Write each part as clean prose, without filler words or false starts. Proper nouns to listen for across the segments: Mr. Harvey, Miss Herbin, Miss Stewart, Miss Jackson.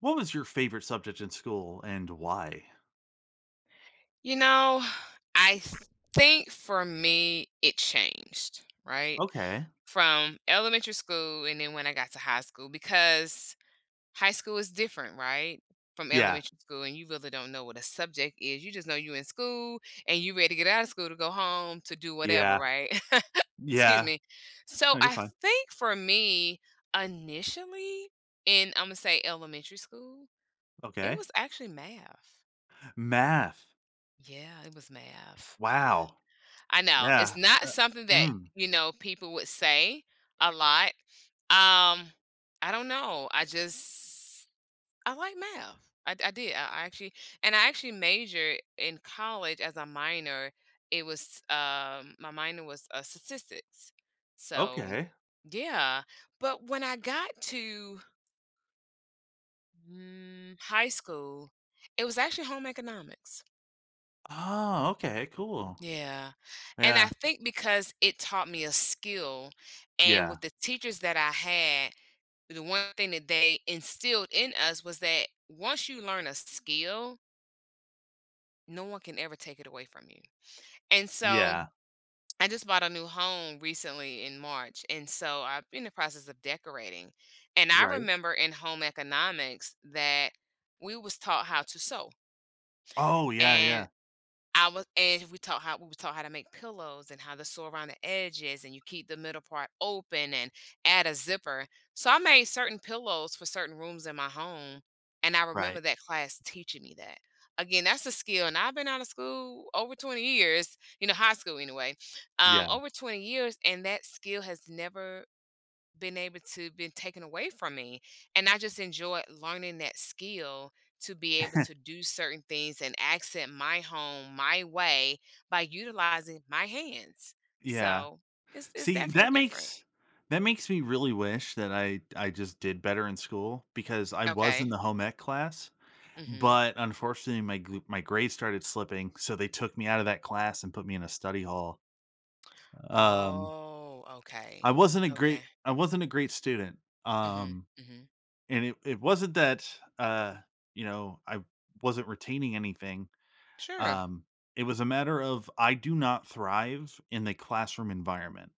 What was your favorite subject in school and why? You know, I think for me, it changed, right? Okay. From elementary school and then when I got to high school, because high school is different, right? From Yeah, elementary school, and you really don't know what a subject is. You just know you're in school and you ready to get out of school to go home to do whatever, yeah, right? Excuse yeah. me. So No, you're I fine. think for me, initially in, I'm going to say elementary school, it Okay. was actually math. Math. Yeah, it was math. Yeah. Wow. I know. It's Yeah. not Uh, something that, mm, people would say a lot. Um, I don't know. I like math. I did. I actually majored in college as a minor. It was My minor was statistics. So okay. yeah, but when I got to high school, it was actually home economics. Oh, okay, cool. Yeah. And I Yeah, think because it taught me a skill, and yeah, with the teachers that I had, the one thing that they instilled in us was that once you learn a skill, no one can ever take it away from you. And so yeah, I just bought a new home recently in March. And so I'm in the process of decorating. And I right. remember in home economics that we was taught how to sew. Oh, yeah, yeah, And I was and we were taught how to make pillows and how to sew around the edges and you keep the middle part open and add a zipper. So I made certain pillows for certain rooms in my home, and I remember right. that class teaching me that. Again, that's a skill, and I've been out of school over 20 years, you know, high school anyway, Yeah. over 20 years, and that skill has never been able to been taken away from me, and I just enjoyed learning that skill to be able to do certain things and accent my home my way by utilizing my hands. Yeah. So it's See, definitely different. That makes me really wish that I just did better in school because I was in Okay. the home ec class. Mm-hmm. But unfortunately, my grades started slipping, so they took me out of that class and put me in a study hall. Um, Oh, I okay. wasn't a Okay. great I wasn't a great student, Mm-hmm. um, Mm-hmm. and it wasn't that, uh, you know, I wasn't retaining anything. Sure. Um, it was a matter of I do not thrive in the classroom environment.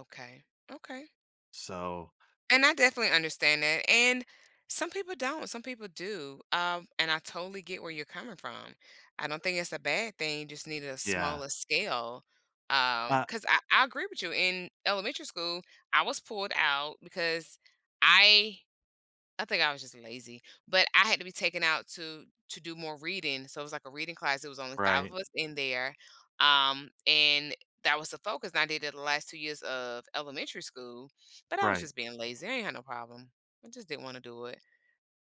Okay. Okay. So, And I definitely understand that. And some people don't. Some people do. And I totally get where you're coming from. I don't think it's a bad thing. You just need a yeah. smaller scale. Uh 'Cause I agree with you. In elementary school, I was pulled out because I I think I was just lazy, but I had to be taken out to do more reading, so it was like a reading class, it was only five of Right, us in there, and that was the focus, and I did it the last 2 years of elementary school, but I was right. just being lazy, I ain't had no problem, I just didn't wanna do it,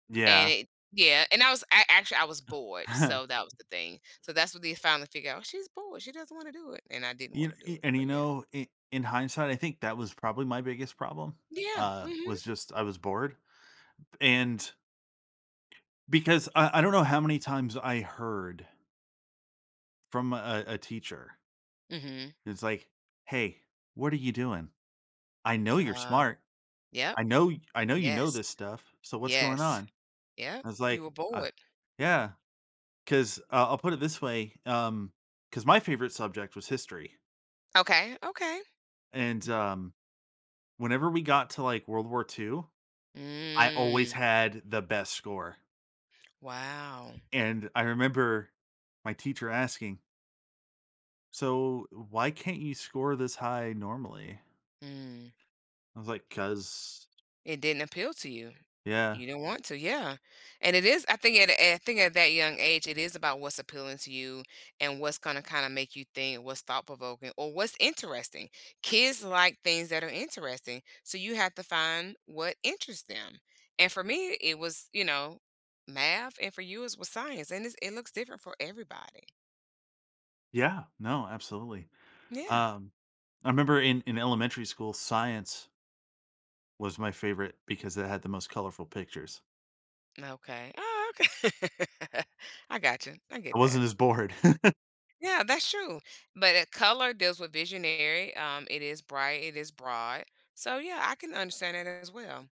Yeah. and it yeah, and I actually, I was bored, so that was the thing, so that's what they finally figured out, "Oh, she's bored, she doesn't wanna do it," and I didn't You wanna do kn it, and so you yeah. know, in hindsight, I think that was probably my biggest problem, Yeah, mhm, was just I was bored, and because I don't know how many times I heard from a teacher, mhm, it's like, "Hey, what are you doing? I know you're uh, smart. yep, I know you know yes, this stuff, so what's going yes, on?" yep, I was you like, were bored. yeah," because I'll put it this way, because my favorite subject was history, Okay, okay. and, whenever we got to, like, World War II, I always Mm, had the best score, wow. and I remember my teacher asking, "So, why can't you score this high normally?" Mm. I was like, "'Cause." It didn't appeal to you. Yeah. You didn't want to, yeah. And it is I think at that young age, it is about what's appealing to you and what's gonna kinda make you think, what's thought provoking or what's interesting. Kids like things that are interesting, so you have to find what interests them. And for me, it was, you know, math, and for you it was science, and it looks different for everybody. Yeah, no, absolutely. Yeah. Um, I remember in elementary school, science was my favorite because it had the most colorful pictures. Okay. Oh, okay. I got you. I I get wasn't that. as bored. Yeah, that's true. But color deals with visionary. It is bright. It is broad. So yeah, I can understand that as well.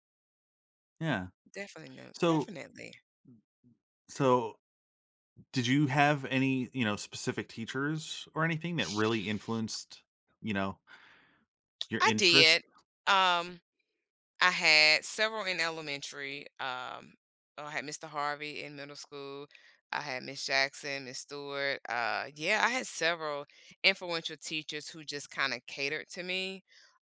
Yeah. Definitely no. So Definitely. so did you have any, you know, specific teachers or anything that really influenced, you know, your I interest? did. Um, I had several in elementary. Oh, I had Mr. Harvey in middle school. I had Miss Jackson, Miss Stewart. Yeah, I had several influential teachers who just kind of catered to me.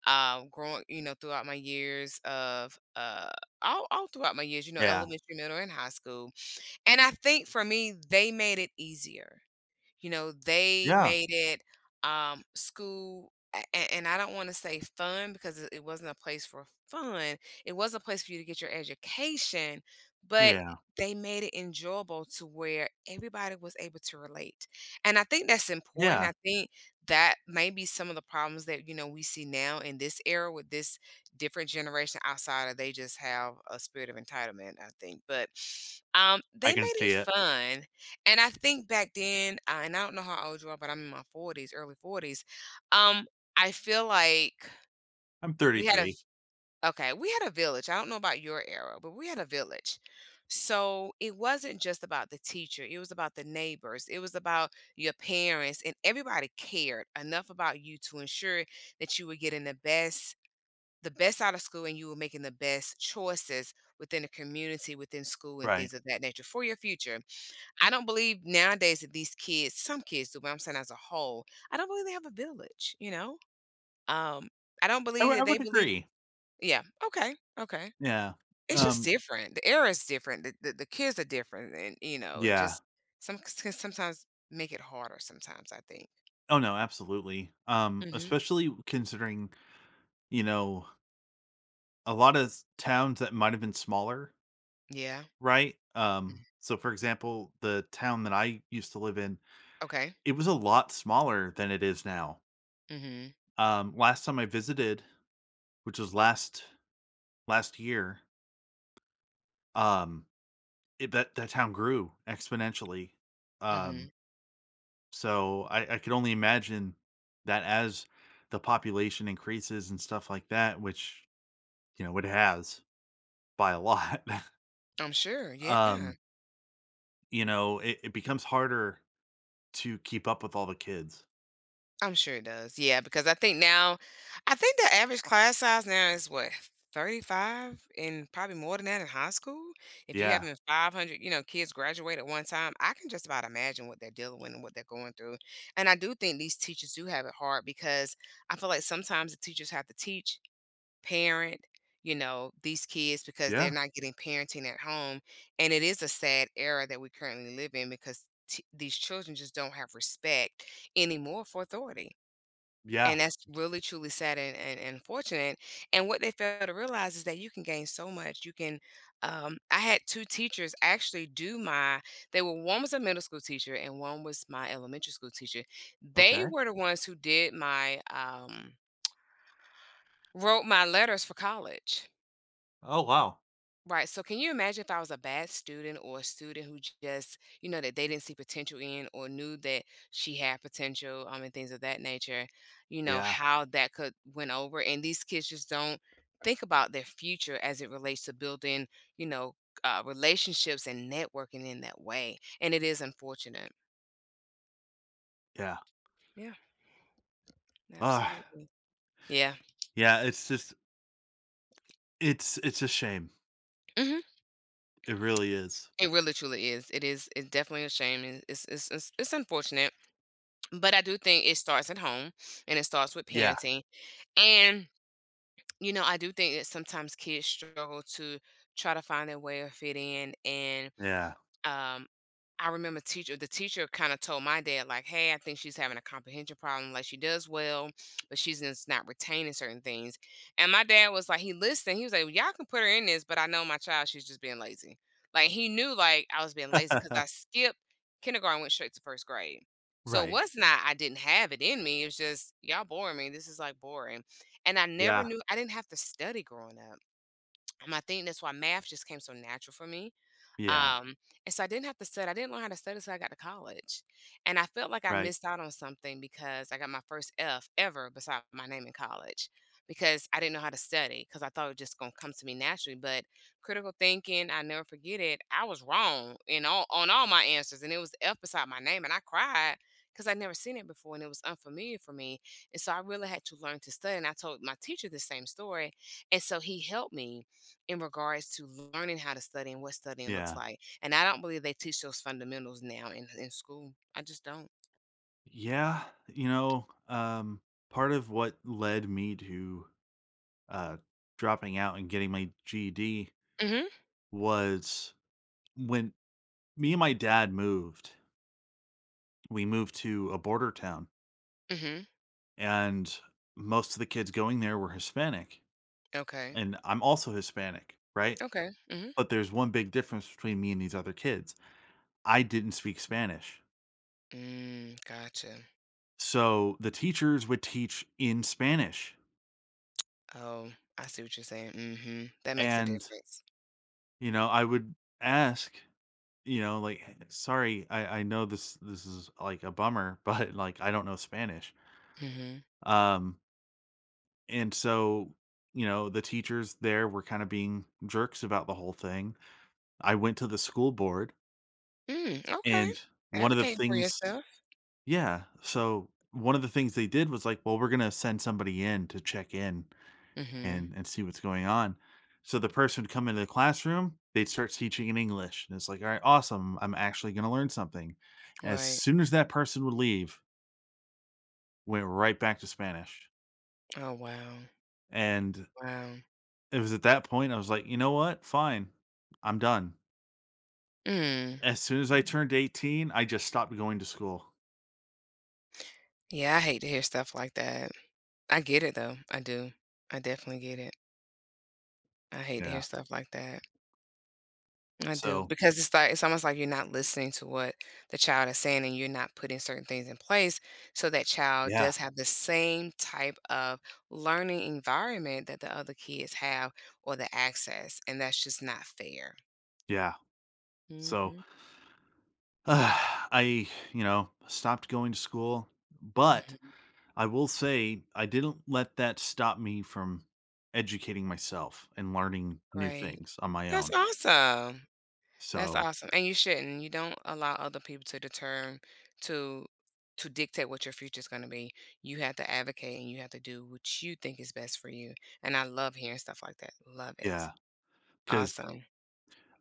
Growing, you know, throughout my years of all throughout my years, you know, Yeah. elementary, middle, and high school. And I think for me, they made it easier, you know, they Yeah. made it school, and I don't want to say fun because it wasn't a place for fun. It was a place for you to get your education, but Yeah, they made it enjoyable to where everybody was able to relate. And I think that's important. yeah, I think that may be some of the problems that, you know, we see now in this era with this different generation outside of they just have a spirit of entitlement, I think. But I they can made see it it. fun, and I think back then, and I don't know how old you are, but I'm in my 40s, early 40s. Um, I feel like I'm we had a v- 33, okay, we had a village. I don't know about your era, but we had a village. So it wasn't just about the teacher, it was about the neighbors, it was about your parents, and everybody cared enough about you to ensure that you were getting the best, out of school and you were making the best choices within the community, within school and right. things of that nature for your future. I don't believe nowadays that these kids, some kids do, but I'm saying as a whole, I don't believe they have a village, you know? Um, I don't believe I that they would believe. agree. Yeah, okay, okay. Yeah, It's just um, different. The era is different. The kids are different, and you know, it yeah. just some can sometimes make it harder. Sometimes I think. Oh, no, absolutely, Hmm. especially considering, you know, a lot of s towns that might have been smaller, Yeah. right? Mhm. So, for example, the town that I used to live in, Okay. it was a lot smaller than it is now. Hmm. Last time I visited, which was last last year, um, it that town grew exponentially, um. Hmm. So I could only imagine that as the population increases and stuff like that, which you know it has by a lot, I'm sure. Yeah. um, you know, it becomes harder to keep up with all the kids. I'm sure it does. Yeah, because I think the average class size now is what, 35, and probably more than that in high school. If you Yeah, having 500, you know, kids graduate at one time, I can just about imagine what they're dealing with and what they're going through. And I do think these teachers do have it hard because I feel like sometimes the teachers have to teach, parent, you know, these kids because yeah, they're not getting parenting at home. And it is a sad era that we currently live in because these children just don't have respect anymore for authority, yeah. and that's really truly sad and fortunate. And what they fail to realize is that you can gain so much. I had two teachers actually do my, they were, one was a middle school teacher and one was my elementary school teacher. They Okay. were the ones who wrote my letters for college. Oh wow. Right. So can you imagine if I was a bad student or a student who just, you know, that they didn't see potential in or knew that she had potential, and things of that nature, you know, Yeah, how that could went over. And these kids just don't think about their future as it relates to building, you know, relationships and networking in that way. And it is unfortunate. yeah. Yeah, Uh, absolutely. Yeah. yeah. It's just it's a shame. Hmm. It really is. It really truly is. It's definitely a shame. And it's unfortunate. But I do think it starts at home and it starts with Yeah, parenting. And I do think that sometimes kids struggle to try to find their way or fit in, and yeah. um, I remember teacher the teacher kind of told my dad like, "Hey, I think she's having a comprehension problem. Like she does well, but she's just not retaining certain things." And my dad was like, he listened. He was like, "Y'all can put her in this, but I know my child. She's just being lazy." Like he knew like I was being lazy because I skipped kindergarten, went straight to first grade. So it right. was not I didn't have it in me. It was just y'all boring me. This is like boring, and I never Yeah, knew I didn't have to study growing up. And I think that's why math just came so natural for me, yeah. um, and so I didn't have to study. I didn't learn how to study until I got to college. And I felt like I Right. missed out on something because I got my first F ever beside my name in college because I didn't know how to study because I thought it was just going to come to me naturally. But critical thinking, I never forget it. I was wrong in all, on all my answers. And it was F beside my name. And I cried because I'd never seen it before and it was unfamiliar for me. And so I really had to learn to study. And I told my teacher the same story. And so he helped me in regards to learning how to study and what studying looks Yeah. like. And I don't believe they teach those fundamentals now in school. I just don't. Yeah, you know, part of what led me to uh, dropping out and getting my GD Mhm. was when me and my dad moved. We moved to a border town, Mhm. and most of the kids going there were Hispanic, Okay. and I'm also Hispanic, right? Okay. Mhm. But there's one big difference between me and these other kids. I didn't speak Spanish, Mm, gotcha. so the teachers would teach in Spanish, Oh, I see what you're saying. Mhm. That makes a and difference. you know, I would ask. You know, like, "Sorry, I know this is, like, a bummer, but, like, I don't know Spanish." Mhm. Um, and so, you know, the teachers there were kinda being jerks about the whole thing. I went to the school board, Mm, okay. and one of the Advocating for things. yourself. Yeah. So, one of the things they did was like, "Well, we're gonna send somebody in to check in Mhm. And see what's going on." So the person would come into the classroom, they'd start teaching in English, and it's like, all right, awesome, I'm actually going to learn something. As Right. soon as that person would leave, went right back to Spanish, Oh, wow. and Wow. it was at that point I was like, you know what, fine, I'm done. Mm. As soon as I turned 18, I just stopped going to school. Yeah, I hate to hear stuff like that. I get it though. I do. I definitely get it. I hate to hear Yeah. stuff like that. I do, So because it's like it's almost like you're not listening to what the child is saying and you're not putting certain things in place so that child yeah, does have the same type of learning environment that the other kids have, or the access, and that's just not fair. yeah. So Mhm. I, you know, stopped going to school, but Mhm. I will say I didn't let that stop me from educating myself and learning new Great. things on my That's own. awesome. That's So, awesome, and you shouldn't. You don't allow other people to determine, to to dictate what your future is gonna be. You have to advocate, and you have to do what you think is best for you, and I love hearing stuff like that. Love it. yeah, 'cause Awesome.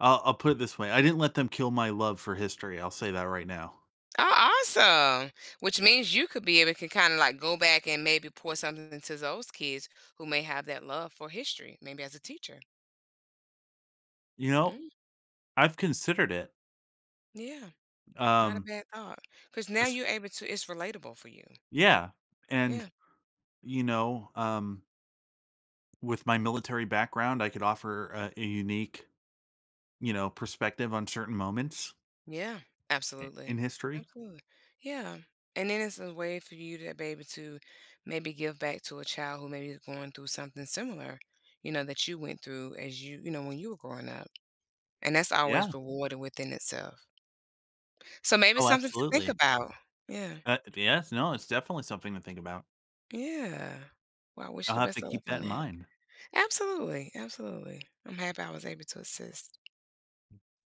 I'll put it this way, I didn't let them kill my love for history, I'll say that right now. Oh, awesome. Which means you could be able to kinda, like, go back and maybe pour something into those kids who may have that love for history, maybe as a teacher. You know, Mm, I've considered it. yeah, not a Um, bad thought. Because now es you're able to, it's relatable for you. yeah, and, Yeah. you know, with my military background, I could offer a unique, you know, perspective on certain moments Yeah, I in absolutely. history. Absolutely. Yeah. And then it's a way for you to be able to maybe give back to a child who maybe is going through something similar, you know, that you went through as you, you know, when you were growing up. And that's Yeah. always rewarded within itself. So maybe Oh, something to think absolutely. about. Yeah. Yes, no, it's definitely something to think about. Yeah. Well, I wish you I'll the have to best of luck keep that on in that. mind. Absolutely. Absolutely. I'm happy I was able to assist.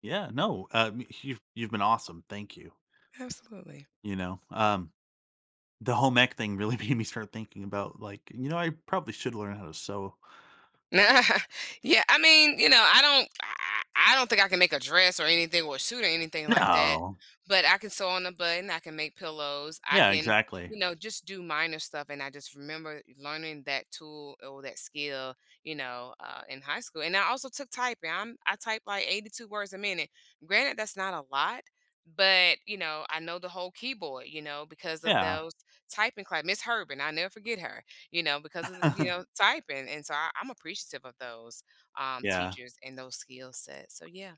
Yeah, no, you've been awesome, thank you, Absolutely. you know? The home ec thing really made me start thinking about, like, you know, I probably should learn how to sew. Yeah, I mean, you know, I don't think I can make a dress or anything or a suit or anything like that. No. But I can sew on a button. I can make pillows. I Yeah, can, exactly. you know, just do minor stuff. And I just remember learning that tool or that skill, you know, in high school. And I also took typing. I type like 82 words a minute. Granted, that's not a lot, but you know, I know the whole keyboard, you know, because of Yeah. those typing class. Miss Herbin, I never forget her, you know, because of the, you know, typing, and so I, I'm appreciative of those Yeah. teachers and those skill sets. So yeah,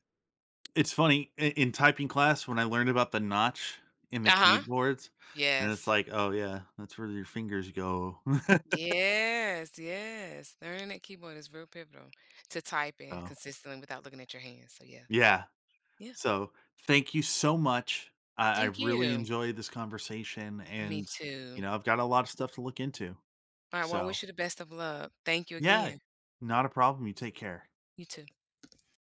It's funny, I in typing class, when I learned about the notch in the uh huh, keyboards, and it's yes, like, "Oh, yeah, that's where your fingers go." yes, yes. Learning that keyboard is real pivotal to typing So, consistently without looking at your hands. So yeah, yeah. yeah. So thank you so much. I Thank really you. enjoyed this conversation Me and you too. know, I've got a lot of stuff to look into. All right. Well, I So wish you the best of luck. Thank you yeah, again. not a problem. You take care. You too.